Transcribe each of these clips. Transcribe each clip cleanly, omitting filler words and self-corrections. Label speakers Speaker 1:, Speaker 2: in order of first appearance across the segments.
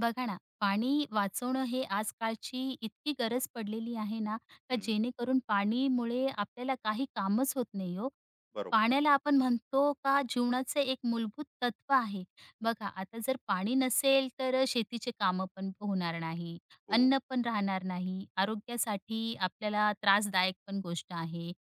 Speaker 1: बघा ना, पाणी वाचवणं हे आजकालची इतकी गरज पडलेली आहे ना, का
Speaker 2: हं,
Speaker 1: जेणेकरून पाणीमुळे आपल्याला काही कामच होत नाही हो.
Speaker 2: बरोबर.
Speaker 1: पाण्याला आपण म्हणतो का जीवनाचं एक मूलभूत तत्व आहे. बघा आता जर पाणी नसेल तर शेतीचे कामं पण होणार नाही,
Speaker 2: हो,
Speaker 1: अन्न पण राहणार नाही, आरोग्यासाठी आपल्याला त्रासदायक पण गोष्ट आहे.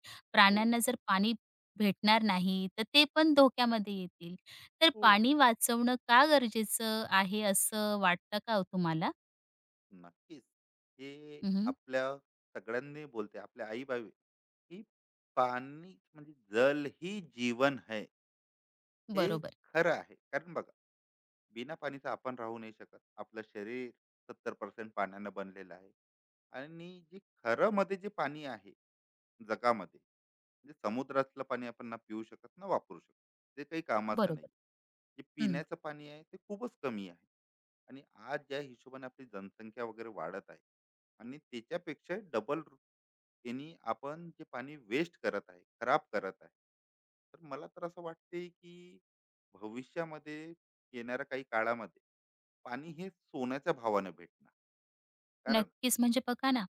Speaker 2: हो,
Speaker 1: प्राण्यांना जर पाणी भेटणार नाही, तर ते पण धोक्यामध्ये येतील. तर
Speaker 2: हो.
Speaker 1: पाणी वाचवणं का गरजेचं आहे असं वाटतं का हो तुम्हाला?
Speaker 2: नक्कीच. हे
Speaker 1: हं,
Speaker 2: आपल्या सगळ्यांनी बोलते, आपले आई-बाबा की पाणी म्हणजे जल ही जीवन है. हे
Speaker 1: बरोबर,
Speaker 2: खरं आहे. कारण बघा, बिना पाणीचं आपण राहू नाही शकत. आपलं शरीर 70% पाण्यानं बनलेलं आहे. आणि जे खरं मध्ये जे पाणी आहे जगामध्ये, म्हणजे समुद्रातलं पाणी आपण ना पिऊ शकत, ना वापरू शकत. ते काही कामाचं नाही.
Speaker 1: बरोबर.
Speaker 2: जे
Speaker 1: हं.
Speaker 2: पिण्याचं पाणी आहे ते खूपच कमी आहे. आणि आज ज्या हिशोबाने आपली जनसंख्या वगैरे वाढत आहे, आणि त्याच्यापेक्षा डबल यांनी आपण जे पाणी वेस्ट करत आहे, खराब करत आहे, तर मला तर असं वाटते की भविष्यामध्ये, येणाऱ्या काही काळामध्ये, पाणी हे सोन्याच्या भावानं भेटणार. कारण
Speaker 1: नक्कीच म्हणजे बघा ना,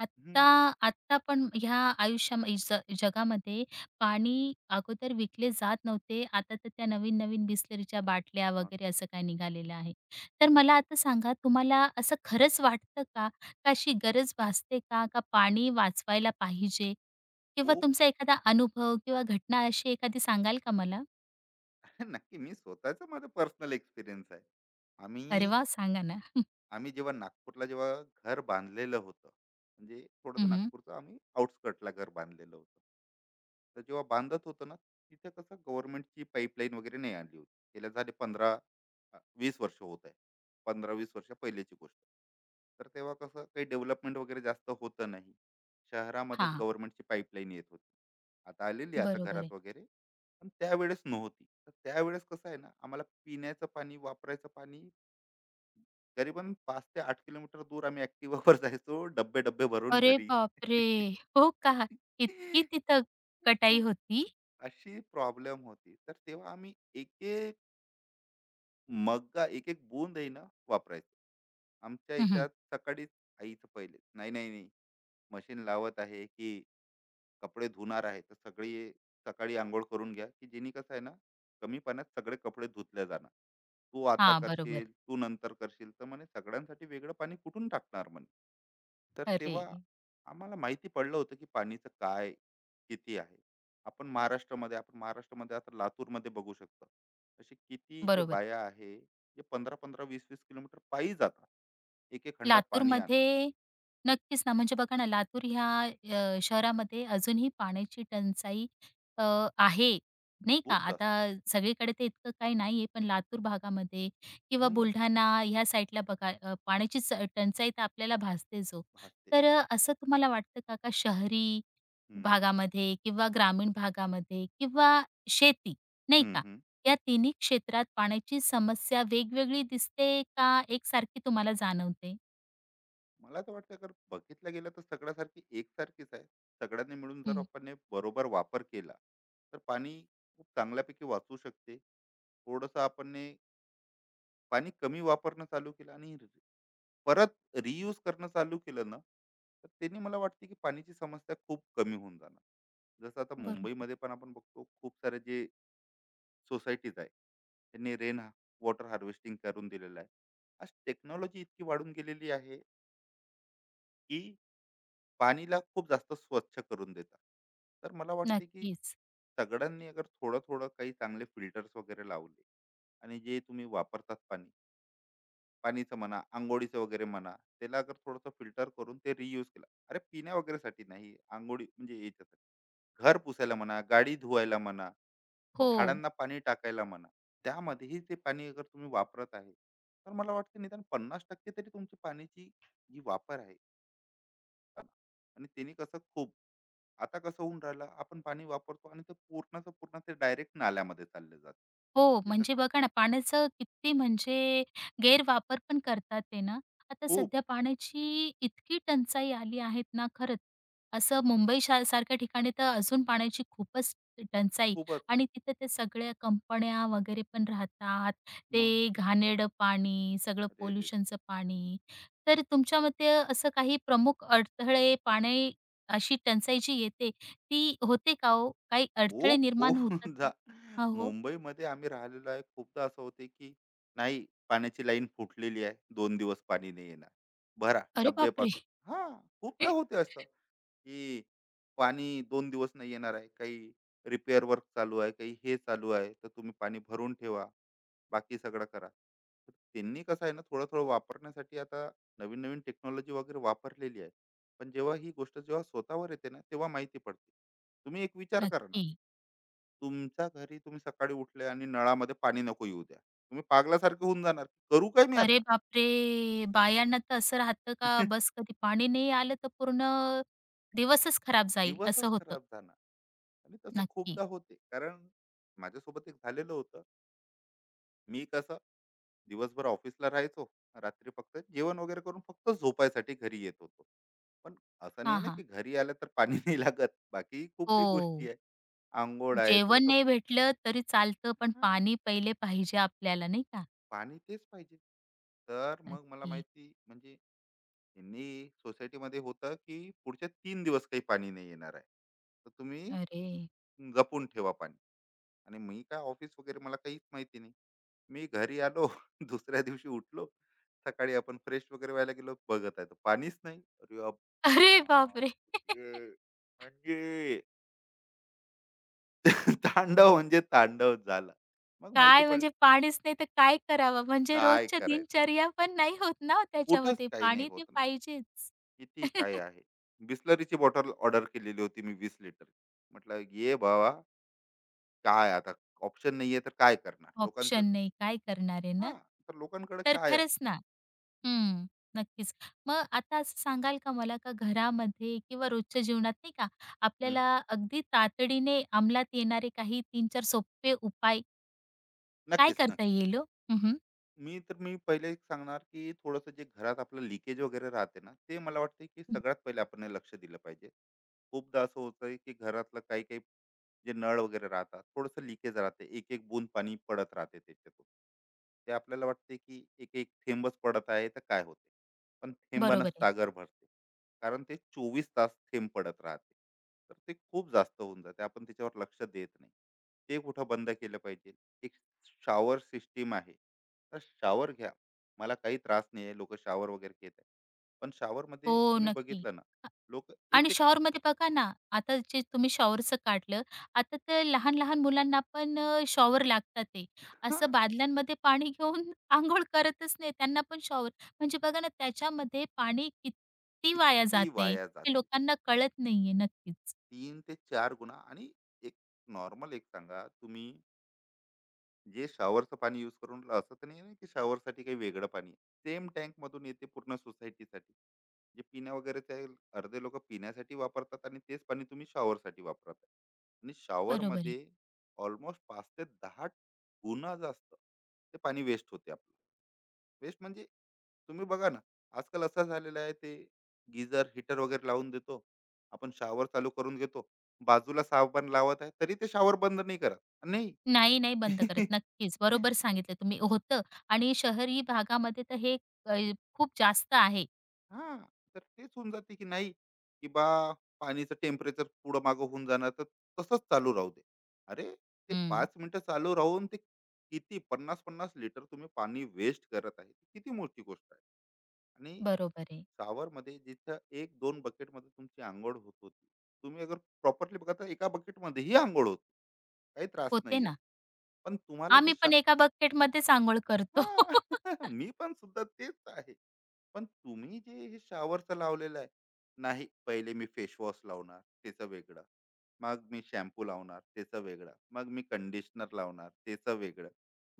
Speaker 1: आत्ता
Speaker 2: हम्म,
Speaker 1: आत्ता पण ह्या आयुष्या ज जगामध्ये पाणी अगोदर विकले जात नव्हते. आता तर त्या नवीन-नवीन बिसलरीच्या बाटल्या
Speaker 2: मग
Speaker 1: वगैरे असं काय निघालेलं आहे. तर मला आता सांगा तुम्हाला असं खरंच वाटतं का? का अशी गरज भासते का? का पाणी वाचवायला पाहिजे? किंवा
Speaker 2: खूप
Speaker 1: तुमचा एखादा अनुभव किंवा घटना अशी एखादी सांगाल का मला?
Speaker 2: नक्की, मी स्वतःचा माझा पर्सनल एक्सपिरियन्स आहे.
Speaker 1: अरे
Speaker 2: आम्ही
Speaker 1: वा, सांगा ना?
Speaker 2: आम्ही जेव्हा नागपूरला जेव्हा घर बांधलेलं होतं, म्हणजे थोडंसं
Speaker 1: हं, हं.
Speaker 2: नागपूरचं आम्ही आउटस्कटला घर बांधलेलं होतं. तर जेव्हा बांधत होतो ना, तिथे कसं गव्हर्नमेंटची पाईपलाईन वगैरे नाही आणली होती. त्याला झाले पंधरा, वीस वर्ष होत आहे. पंधरा वीस वर्ष पहिलेची गोष्ट. तर तेव्हा कसं काही डेव्हलपमेंट वगैरे जास्त होतं नाही. शहरामध्येच गव्हर्नमेंटची पाईपलाईन येत होती. आता आलेली आहे, आता
Speaker 1: बरोबर आहे.
Speaker 2: घरात वगैरे. पण त्यावेळेस नव्हती, तर त्यावेळेस कसं आहे ना, आम्हाला पिण्याचं पाणी, वापरायचं पाणी करीबन 5 ते 8 किलोमीटर दूर आम्ही ॲक्टिवावर जायचो. डब्बे-डब्बे भरून
Speaker 1: अरे
Speaker 2: घरी.
Speaker 1: बापरे! हो का? इतकी तिथं कटाई होती?
Speaker 2: अशी प्रॉब्लेम होती. तर तेव्हा आम्ही एक-एक मग्गा, एक-एक बूंद आहे ना वापरायचो. आमच्या
Speaker 1: हं, हं.
Speaker 2: ह्याच्यात सकाळीच आईचं पहिले, "नाही, नाही, नाही. मशीन लावत आहे की कपडे धुणार आहे, तर सगळी सकाळी अंघोळ करून घ्या," की जेणे कसं आहे ना, कमी पाण्यात सगळे कपडे धुतले जाणार. तू आता
Speaker 1: बरोबर आहे.
Speaker 2: करशील, तू नंतर करशील, तर म्हणे सगळ्यांसाठी वेगळं पाणी कुठून टाकणार म्हणे. तर
Speaker 1: अरे!
Speaker 2: तेव्हा आम्हाला माहिती पडलं होतं की पाणीचं काय, किती आहे. आपण महाराष्ट्रामध्ये आता लातूरमध्ये बघू शकतो. असे किती जे
Speaker 1: बरोबर आहे.
Speaker 2: बाया आहे, जे पंधरा पंधरा वीस वीस किलोमीटर पायी जातात, एक एक खंडा पाणी आण.
Speaker 1: लातूरमध्ये नक्कीच ना, म्हणजे बघा ना, लातूर ह्या शहरामध्ये अजूनही पाण्याची टंचाई अ, आहे, नाही का.
Speaker 2: खूप जास्त.
Speaker 1: आता सगळीकडे ते इतकं काही नाहीये, पण लातूर भागामध्ये किंवा
Speaker 2: हम्म.
Speaker 1: बुलढाणा ह्या साईडला बघा, पाण्याची च टंचाई तर आपल्याला भासतेच ओ.
Speaker 2: भासते.
Speaker 1: तर असं तुम्हाला वाटतं का, का शहरी
Speaker 2: हम्म,
Speaker 1: भागामध्ये किंवा ग्रामीण भागामध्ये किंवा शेती, नाही
Speaker 2: हम्म,
Speaker 1: का,
Speaker 2: हम्म.
Speaker 1: या तिन्ही क्षेत्रात पाण्याची समस्या वेगवेगळी दिसते का एकसारखी तुम्हाला जाणवते?
Speaker 2: मला तर वाटतं, अगर बघितलं गेलं तर सगळ्यासारखी एकसारखीच आहे. सगळ्यांनी मिळून जर
Speaker 1: हं,
Speaker 2: आपण हे बरोबर वापर केला, तर पाणी खूप चांगल्यापैकी वाचू शकते. थोडंसं आपण ने पाणी कमी वापरणं चालू केलं, आणि परत रियूज करणं चालू केलं ना, तर त्याने मला वाटते की पाण्याची समस्या खूप कमी होऊन जाणार. जसं आता
Speaker 1: बरोबर.
Speaker 2: मुंबईमध्ये पण आपण बघतो, खूप सारे जे सोसायटीज आहे, त्यांनी रेन वॉटर हार्वेस्टिंग करून दिलेलं आहे. आज टेक्नॉलॉजी इतकी वाढून गेलेली आहे की पाणीला खूप जास्त स्वच्छ करून देतात. तर मला वाटते की
Speaker 1: नक्कीच.
Speaker 2: सगळ्यांनी अगर थोडं थोडं काही चांगले फिल्टर्स वगैरे लावले, आणि जे तुम्ही वापरतात पाणी, पाणीचं म्हणा, अंघोळीचं वगैरे म्हणा, त्याला अगर थोडंसं फिल्टर करून ते रियूज केलं. अरे, पिण्या वगैरेसाठी नाही, अंघोळी म्हणजे याच्यासाठी, घर पुसायला म्हणा, गाडी धुवायला म्हणा,
Speaker 1: हो.
Speaker 2: झाडांना पाणी टाकायला म्हणा, त्यामध्येही ते पाणी अगर तुम्ही वापरत आहे, तर मला वाटतं निदान 50% तरी तुमची पाण्याची जी वापर आहे. आणि त्याने कसं खूप, आता कसं होऊन राहिलं, आपण पाणी वापरतो आणि ते पूर्णचं पूर्ण ते डायरेक्ट नाल्यामध्ये चाललं जातं.
Speaker 1: हो,
Speaker 2: तिचं.
Speaker 1: म्हणजे बघा ना, पाण्याचा किती म्हणजे गैरवापर पण करतात ते ना. आता
Speaker 2: खूप.
Speaker 1: सध्या पाण्याची इतकी टंचाई आली आहेत ना, खरंच. असं मुंबई शा सारख्या ठिकाणी तर अजून पाण्याची खूपच टंचाई,
Speaker 2: खूपच.
Speaker 1: आणि तिथे ते सगळ्या कंपन्या वगैरे पण राहतात.
Speaker 2: मग.
Speaker 1: ते घाणेरडं पाणी, सगळं
Speaker 2: अरे रे रे!
Speaker 1: पोल्युशनचं पाणी. तर तुमच्या मते असं काही प्रमुख अडथळे, पाणी अशी टंचाई जी येते, ती होते का हो? काही अडथळे
Speaker 2: खूप
Speaker 1: निर्माण
Speaker 2: खूप
Speaker 1: होतात का?
Speaker 2: जा.
Speaker 1: हो, हो.
Speaker 2: मुंबईमध्ये आम्ही राहिलेलो आहे. खूपदा असं होते की नाही, पाण्याची लाईन फुटलेली आहे. 2 दिवस पाणी नाही येणार. भरा
Speaker 1: अरे बापरे!
Speaker 2: डब्यापासून. हां, खूपदा होते असं. की पाणी 2 दिवस नाही येणार आहे. काही रिपेअर वर्क चालू आहे, काही हे चालू आहे, तर तुम्ही पाणी भरून ठेवा. बाकी सगळं करा. तर त्यांनी कसं आहे ना, थोडं-थोडं वापरण्यासाठी आता नवीन-नवीन टेक्नॉलॉजी वगैरे वापरलेली आहे. पण जेव्हा ही गोष्ट जेव्हा स्वतःवर येते ना, तेव्हा माहिती पडते. तुम्ही एक विचार करा ना.
Speaker 1: नक्की.
Speaker 2: तुमच्या घरी तुम्ही सकाळी उठले आणि नळामध्ये पाणी नको येऊ द्या. तुम्ही पागलासारखे होऊन जाणार. करू काय मी
Speaker 1: अरे
Speaker 2: आता?
Speaker 1: बापरे! बायांना तर असं राहतं का, बस कधी पाणी नाही आलं तर पूर्ण दिवसच खराब जाईल असं
Speaker 2: दिवसच
Speaker 1: होतं.
Speaker 2: खराब जाणार. आणि तसं
Speaker 1: नक्की.
Speaker 2: खूपदा होते, कारण माझ्यासोबत एक झालेलं होतं. मी कसं दिवसभर ऑफिसला राहायचो, रात्री फक्त जेवण वगैरे करून फक्त झोपायसाठी घरी येत होतो. पण असं नाही
Speaker 1: हां,
Speaker 2: ना
Speaker 1: हां.
Speaker 2: की घरी आलं तर पाणी नाही लागत, बाकी खूप काही गोष्टी
Speaker 1: हो.
Speaker 2: आहे. आंघोळ आहे
Speaker 1: जेवण
Speaker 2: थोडस.
Speaker 1: नाही भेटलं तरी चालतं, पण पाणी पहिले पाहिजे आपल्याला, नाही का?
Speaker 2: पाणी तेच पाहिजे. तर मग मला
Speaker 1: नक्की.
Speaker 2: माहिती, म्हणजे यांनी सोसायटीमध्ये होतं की पुढच्या 3 दिवस काही पाणी नाही येणार आहे, तर तुम्ही
Speaker 1: अरे!
Speaker 2: जपून ठेवा पाणी. आणि मी काय, ऑफिस वगैरे, मला काहीच माहिती नाही. मी घरी आलो, दुसऱ्या दिवशी उठलो, सकाळी आपण फ्रेश वगैरे व्हायला गेलो, बघत आहे तर पाणीच नाही. अरे बाप
Speaker 1: अरे बापरे!
Speaker 2: रे. म्हणजे तांडव म्हणजे तांडव झाला. मग माहिती
Speaker 1: काय,
Speaker 2: पडलं,
Speaker 1: म्हणजे पाणीच नाही तर काय करावं, म्हणजे
Speaker 2: काय
Speaker 1: रोजच्या
Speaker 2: करायचं,
Speaker 1: दिनचर्या पण नाही होत ना हो
Speaker 2: कुठंच
Speaker 1: त्याच्यामध्ये.
Speaker 2: काही नाही
Speaker 1: पाणी
Speaker 2: होत
Speaker 1: ते
Speaker 2: ना,
Speaker 1: पाहिजेच.
Speaker 2: किती काय आहे. बिस्लरीची बॉटल ऑर्डर केलेली होती मी, 20 लिटर. म्हटलं ये बाबा, काय आता, ऑप्शन नाहीये तर काय करणार लोकांचं.
Speaker 1: ऑप्शन नाही, काय करणार आहे ना?
Speaker 2: हा, तर लोकांकडे
Speaker 1: तर
Speaker 2: काय आहे.
Speaker 1: खरंच ना. हं, नक्कीच. मग आता असं सांगाल का मला, का घरामध्ये किंवा रोजच्या जीवनात नाही का,
Speaker 2: हं,
Speaker 1: आपल्याला अगदी तातडीने अंमलात येणारे काही 3-4 सोपे उपाय काय
Speaker 2: नक्कीच.
Speaker 1: करता येईल हो? हं, हं.
Speaker 2: मी तर मी पहिले एक सांगणार, की थोडंसं जे घरात आपलं लिकेज वगैरे राहते ना, ते मला वाटतं की सगळ्यात पहिले आपण हे लक्ष दिलं पाहिजे. खूपदा असं होतंय की घरातलं काही काही, जे नळ वगैरे राहतात, थोडंसं लिकेज राहते, एक एक बूंद पाणी पडत राहते त्याच्यातून. ते आपल्याला वाटते की एक एक थेंबच पडत आहे, तर काय होते. पण थेंबानं
Speaker 1: बरोबर आहे.
Speaker 2: सागर भरते. कारण ते 24 तास थेंब पडत राहते, तर ते खूप जास्त होऊन जाते. आपण त्याच्यावर लक्ष देत नाही, ते कुठं बंद केलं पाहिजे. एक शॉवर सिस्टीम आहे, तर शॉवर घ्या. मला काही त्रास नाही आहे, लोक शॉवर वगैरे घेत आहे. पण shower
Speaker 1: हो,
Speaker 2: मध्ये तुम्ही
Speaker 1: नक्की.
Speaker 2: बघितलं ना, लोक एक
Speaker 1: आणि
Speaker 2: एक
Speaker 1: शॉवरमध्ये बघा ना, आता जे तुम्ही शॉवरचं काढलं, आता तर लहान-लहान मुलांना पण शॉवर लागतात ते. असं बादल्यांमध्ये पाणी घेऊन अंघोळ करतच नाही. त्यांना पण शॉवर, म्हणजे बघा ना, त्याच्यामध्ये पाणी किती वाया
Speaker 2: किती
Speaker 1: जाते
Speaker 2: वाया
Speaker 1: हे
Speaker 2: जाते.
Speaker 1: लोकांना कळत नाहीये. नक्कीच.
Speaker 2: तीन ते चार गुणा. आणि एक नॉर्मल एक सांगा तुम्ही, जे शॉवरचं पाणी यूज करून राहिलं, असं तर नाही आहे की शॉवरसाठी काही वेगळं पाणी आहे. सेम टँक मधून येते पूर्ण सोसायटीसाठी. जे पिण्या वगैरेचे आहे, अर्धे लोकं पिण्यासाठी वापरतात, आणि तेच पाणी तुम्ही शॉवरसाठी वापरत आहे. आणि
Speaker 1: बरोबर आहे.
Speaker 2: शॉवरमध्ये ऑलमोस्ट 5 ते 10 गुणा जास्त ते पाणी वेस्ट होते आपलं. वेस्ट म्हणजे, तुम्ही बघा ना, आजकाल असं झालेलं आहे ते गीझर, हीटर वगैरे लावून देतो. आपण शॉवर चालू करून घेतो. बाजूला साबण लावत आहे, तरी ते शॉवर बंद नाही करत. नाही.
Speaker 1: नाही, नाही बंद करत. नक्कीच. बरोबर सांगितलं तुम्ही. होतं. आणि शहरी भागामध्ये तर हे अ, खूप जास्त आहे.
Speaker 2: हां, तर तेच होऊन जाते की नाही, की पाणीचं टेम्परेचर पुढं मागं होऊन जाणार, तर तसंच चालू राहू दे. अरे, ते
Speaker 1: हं,
Speaker 2: 5 मिनिटं चालू राहून ते किती, पन्नास 50 लिटर तुम्ही पाणी वेस्ट करत आहे. ती किती मोठी गोष्ट आहे. आणि
Speaker 1: बरोबर आहे.
Speaker 2: शॉवरमध्ये जिथं 1-2 बकेटमध्ये तुमची अंघोळ होत होती, तुम्ही अगर प्रॉपरली बघा, तर एका बकेटमध्येही अंघोळ होते. काही त्रास
Speaker 1: होते
Speaker 2: नाही आहे.
Speaker 1: ना.
Speaker 2: पण तुम्हाला जे,
Speaker 1: आम्ही पण एका बकेटमध्येच अंघोळ करतो.
Speaker 2: हां. मी पण सुद्धा तेच आहे. पण तुम्ही जे हे शॉवरचं लावलेलं आहे, नाही, पहिले मी फेस वॉश लावणार त्याचं वेगळं, मग मी शॅम्पू लावणार त्याचं वेगळं, मग मी कंडिशनर लावणार त्याचं वेगळं,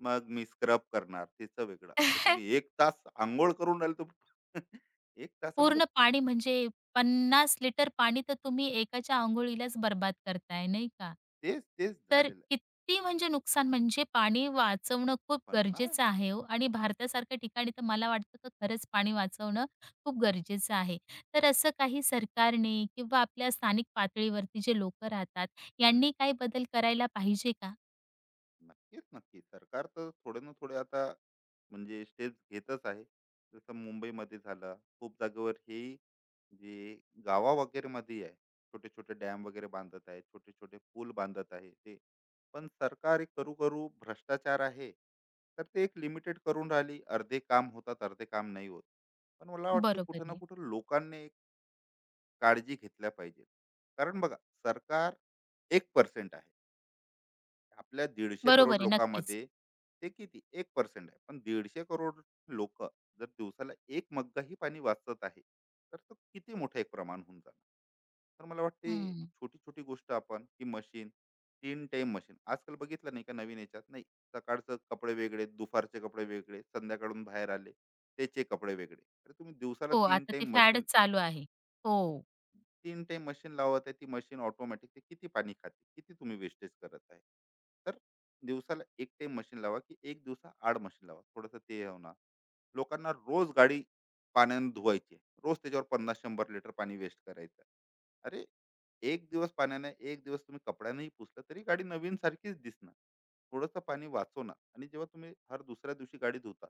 Speaker 2: मग मी स्क्रब करणार त्याचं वेगळं. अरे तुम्ही 1 तास अंघोळ करून राहिले तर 1 तासामध्ये.
Speaker 1: पूर्ण पाणी, म्हणजे 50 लिटर पाणी तर तुम्ही एकाच्या अंघोळीलाच बरबाद करताय, नाही का?
Speaker 2: तेच, तेच
Speaker 1: तर
Speaker 2: झालेलं आहे.
Speaker 1: किती म्हणजे नुकसान, म्हणजे पाणी वाचवणं खूप
Speaker 2: पण
Speaker 1: गरजेचं आहे हो, आणि भारतासारख्या ठिकाणी तर मला वाटतं की खरंच पाणी वाचवणं खूप गरजेचं आहे. तर असं काही सरकारने किंवा आपल्या स्थानिक पातळीवरती जे लोकं राहतात, यांनी काही बदल करायला पाहिजे का?
Speaker 2: नक्कीच, नक्की. सरकार तर थोडे ना थोडे आता म्हणजे स्टेप्स घेतच आहे, जसं मुंबईमध्ये झालं, खूप जागेवर हे, जे गावा वगैरे मध्ये आहे, छोटे छोटे डॅम वगैरे बांधत आहे, छोटे छोटे पूल बांधत आहे. ते पण सरकार एक, करू करू भ्रष्टाचार आहे, तर ते एक लिमिटेड करून राहिली, अर्धे काम होतात अर्धे काम नाही होत. पण मला वाटते
Speaker 1: बरोबर
Speaker 2: कुठं ना
Speaker 1: आहे.
Speaker 2: कुठं लोकांनी एक काळजी घेतल्या पाहिजे. कारण बघा, सरकार एक पर्सेंट आहे आपल्या 150 करोड
Speaker 1: बरोबर आहे, नक्कीच.
Speaker 2: लोकांमध्ये. ते किती एक पर्सेंट आहे, पण 150 करोड लोक जर दिवसाला एक मग्गाही पाणी वाचत आहे, तर तो किती मोठं एक प्रमाण होऊन जाणार. तर मला वाटते
Speaker 1: हं.
Speaker 2: छोटी छोटी गोष्ट आपण, की मशीन, तीन टाइम मशीन आजकाल बघितलं नाही का, नवीन याच्यात नाही, सकाळचं कपडे वेगळे, दुपारचे कपडे वेगळे, संध्याकाळून बाहेर आले त्याचे कपडे वेगळे. अरे तुम्ही दिवसाला
Speaker 1: हो,
Speaker 2: तीन
Speaker 1: आता ते
Speaker 2: टाइम मशीन,
Speaker 1: फॅडच चालू आहे. हो.
Speaker 2: तीन टाइम मशीन लावत आहे, ती मशीन ऑटोमॅटिक, ते किती पाणी खाते, किती तुम्ही वेस्टेज करत आहे. तर दिवसाला एक टाइम मशीन लावा, की एक दिवसा आड मशीन लावा, थोडंसं ते होणार. लोकांना रोज गाडी पाण्याने धुवायची आहे. रोज त्याच्यावर 50-100 लिटर पाणी वेस्ट करायचं. अरे, एक दिवस पाण्याने, एक दिवस तुम्ही कपड्यानेही पुसलं तरी गाडी नवीन सारखीच दिसणार. थोडंसं पाणी वाचवणार. आणि जेव्हा तुम्ही हर दुसऱ्या दिवशी गाडी धुता,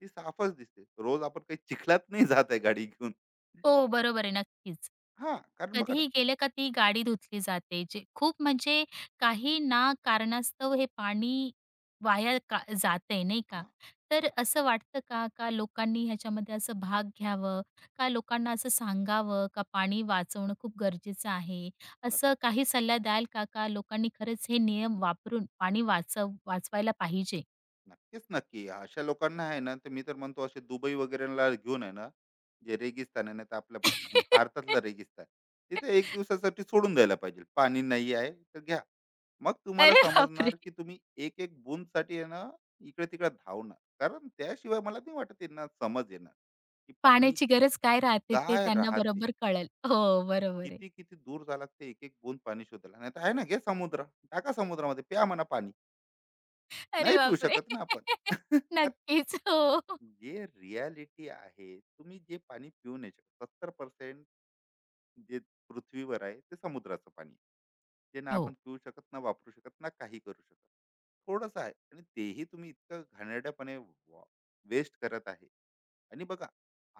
Speaker 2: ती साफच दिसते. रोज आपण काही चिखलात नाही जात आहे गाडी घेऊन.
Speaker 1: हो, बरोबर आहे, नक्कीच.
Speaker 2: हा, कारण बघा ना.
Speaker 1: कधीही गेलं का ती गाडी धुतली जाते. जे खूप म्हणजे काही ना कारणास्तव हे पाणी वाया का जातंय, नाही का?
Speaker 2: हां,
Speaker 1: तर असं वाटतं का, का लोकांनी ह्याच्यामध्ये असं भाग घ्यावं? का लोकांना असं सांगावं का पाणी वाचवणं खूप गरजेचं आहे?
Speaker 2: नक्क
Speaker 1: असं काही सल्ला द्याल का, का लोकांनी खरंच हे नियम वापरून पाणी वाचवायला पाहिजे?
Speaker 2: नक्कीच, नक्की. अशा लोकांना आहे ना, तर मी तर म्हणतो असे दुबई वगैरेला घेऊन आहे ना, जे रेगिस्तान आहे ना, तर आपलं भारतातलं रेगिस्तान, तिथे 1 दिवसासाठी सोडून द्यायला पाहिजे. पाणी नाही आहे तर घ्या. मग तुम्हाला
Speaker 1: अरे बापरे!
Speaker 2: समजणार, की तुम्ही एक-एक बूंदसाठी आहे ना, इकडे-तिकडे धावणार. कारण त्याशिवाय मला नाही वाटत त्यांना समज येणार, की पाणी
Speaker 1: पाण्याची गरज काय राहते ते
Speaker 2: काय
Speaker 1: त्यांना
Speaker 2: राहते?
Speaker 1: बरोबर कळेल. हो, बरोबर आहे.
Speaker 2: किती-किती दूर जावं लागते, एक-एक बूंद पाणी शोधायला. नाहीतर आहे ना, घे समुद्र, टाका समुद्रामध्ये, प्या म्हणा पाणी.
Speaker 1: अरे
Speaker 2: नाही पिऊ
Speaker 1: बापरे!
Speaker 2: शकत ना आपण.
Speaker 1: नक्कीच. हो.
Speaker 2: जे रियालिटी आहे, तुम्ही जे पाणी पिऊन यायचे, 70% जे पृथ्वीवर आहे ते समुद्राचं पाणी आहे, जे ना आपण
Speaker 1: हो.
Speaker 2: पिऊ शकत, ना वापरू शकत, ना काही करू शकत. थोडंसं आहे, आणि तेही तुम्ही इतकं घाणेरड्यापणे वेस्ट करत आहे. आणि बघा,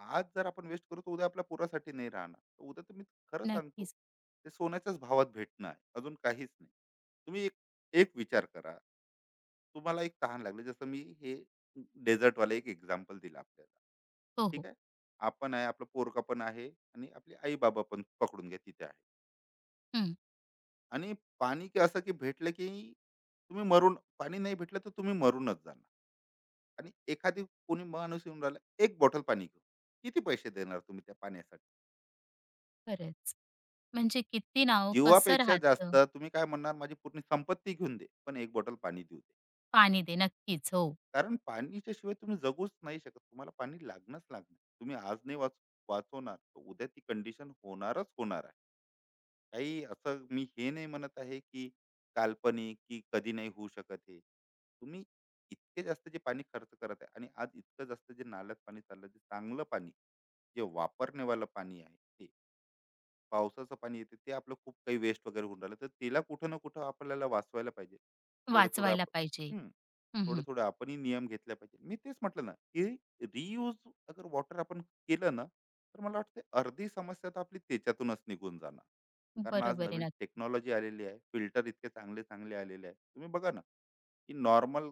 Speaker 2: आज जर आपण वेस्ट करू, तर उद्या आपल्या पुरासाठी नाही राहणार. तर उद्या तर मी खरं सांगतो,
Speaker 1: नक्कीच.
Speaker 2: ते सोन्याच्याच भावात भेटणं आहे, अजून काहीच नाही. तुम्ही एक, एक विचार करा, तुम्हाला एक तहान लागली, जसं मी हे डेझर्टवाला एक एक्झाम्पल दिला आपल्याला.
Speaker 1: हो,
Speaker 2: ठीक
Speaker 1: हो.
Speaker 2: आहे, आपण आहे, आपलं पोरका पण आहे, आणि आपली आई बाबा पण पकडून घ्या तिथे आहे,
Speaker 1: हं.
Speaker 2: आणि पाणी की असं की भेटलं की, तुम्ही मरून, पाणी नाही भेटलं तर तुम्ही मरूनच जाणार. आणि एखादी कोणी माणूस येऊन राहिला एक बॉटल पाणी घेऊन, किती पैसे देणार तुम्ही त्या पाण्यासाठी?
Speaker 1: खरंच. म्हणजे किती ना हो, कसं
Speaker 2: जीवापेक्षा
Speaker 1: राहतं.
Speaker 2: जास्त, तुम्ही काय म्हणणार, माझी पूर्ण संपत्ती घेऊन दे, पण एक बॉटल पाणी देऊ दे.
Speaker 1: पाणी दे. नक्कीच. हो.
Speaker 2: कारण पाणीच्या शिवाय तुम्ही जगूच नाही शकत, तुम्हाला पाणी लागणंच लागणार. तुम्ही आज नाही वाचवणार, तर उद्या ती कंडिशन होणारच होणार आहे. काही असं मी हे नाही म्हणत आहे की काल्पनिक, की कधी नाही होऊ शकत हे. तुम्ही इतके जास्त जे पाणी खर्च करत आहे, आणि आज इतकं जास्त जे नाल्यात पाणी चाललं, जे चांगलं पाणी, जे वापरणेवालं पाणी आहे, ते पावसाचं पाणी येते ते आपलं खूप काही वेस्ट वगैरे होऊन राहिलं, तर तिला कुठं ना कुठं आपल्याला वाचवायला पाहिजे थोडं थोडं
Speaker 1: वाचवायला पाहिजे.
Speaker 2: आपण. हम्म,
Speaker 1: हं,
Speaker 2: थोडं
Speaker 1: हं.
Speaker 2: थोडं आपणही नियम घेतला पाहिजे. मी तेच म्हटलं ना की, रियूज अगर वॉटर आपण केलं ना, तर मला वाटते अर्धी समस्या तर आपली त्याच्यातूनच निघून जाणार. कारण आज
Speaker 1: बरोबर
Speaker 2: नवीन
Speaker 1: आहे.
Speaker 2: टेक्नॉलॉजी आलेली आहे, फिल्टर इतके चांगले चांगले आलेले आहे, तुम्ही बघा ना, की नॉर्मल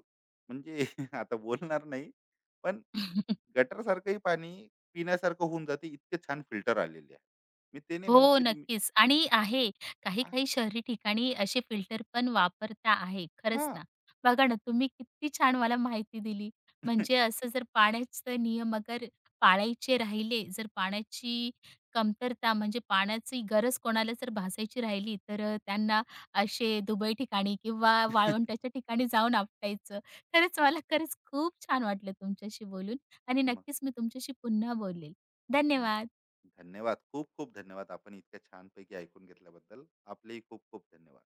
Speaker 2: म्हणजे आता बोलणार नाही, पण
Speaker 1: नक्की.
Speaker 2: गटरसारखंही पाणी पिण्यासारखं होऊन जाते, इतके छान फिल्टर आलेले आहे. मी ते नाही म्हणत
Speaker 1: हो,
Speaker 2: की तुम्ही,
Speaker 1: नक्कीच. आणि आहे
Speaker 2: आ,
Speaker 1: काही-काही शहरी ठिकाणी असे फिल्टर पण वापरता आहे. खरंच
Speaker 2: हां.
Speaker 1: ना. बघा ना, तुम्ही किती छान मला माहिती दिली. म्हणजे असं जर पाण्याचं नियम अगर पाळायचे राहिले, जर पाण्याची कमतरता, म्हणजे पाण्याची गरज कोणाला जर भासायची राहिली, तर त्यांना असे दुबई ठिकाणी किंवा वाळवंटाच्या ठिकाणी जाऊन आपटायचं. खरंच, मला खरंच खूप छान वाटलं तुमच्याशी बोलून, आणि
Speaker 2: मग
Speaker 1: नक्कीच मी तुमच्याशी पुन्हा बोलेल.
Speaker 2: हं,
Speaker 1: धन्यवाद.
Speaker 2: धन्यवाद. खूप खूप धन्यवाद. आपण इतक्या छानपैकी ऐकून घेतल्याबद्दल. आपलेही खूप खूप धन्यवाद.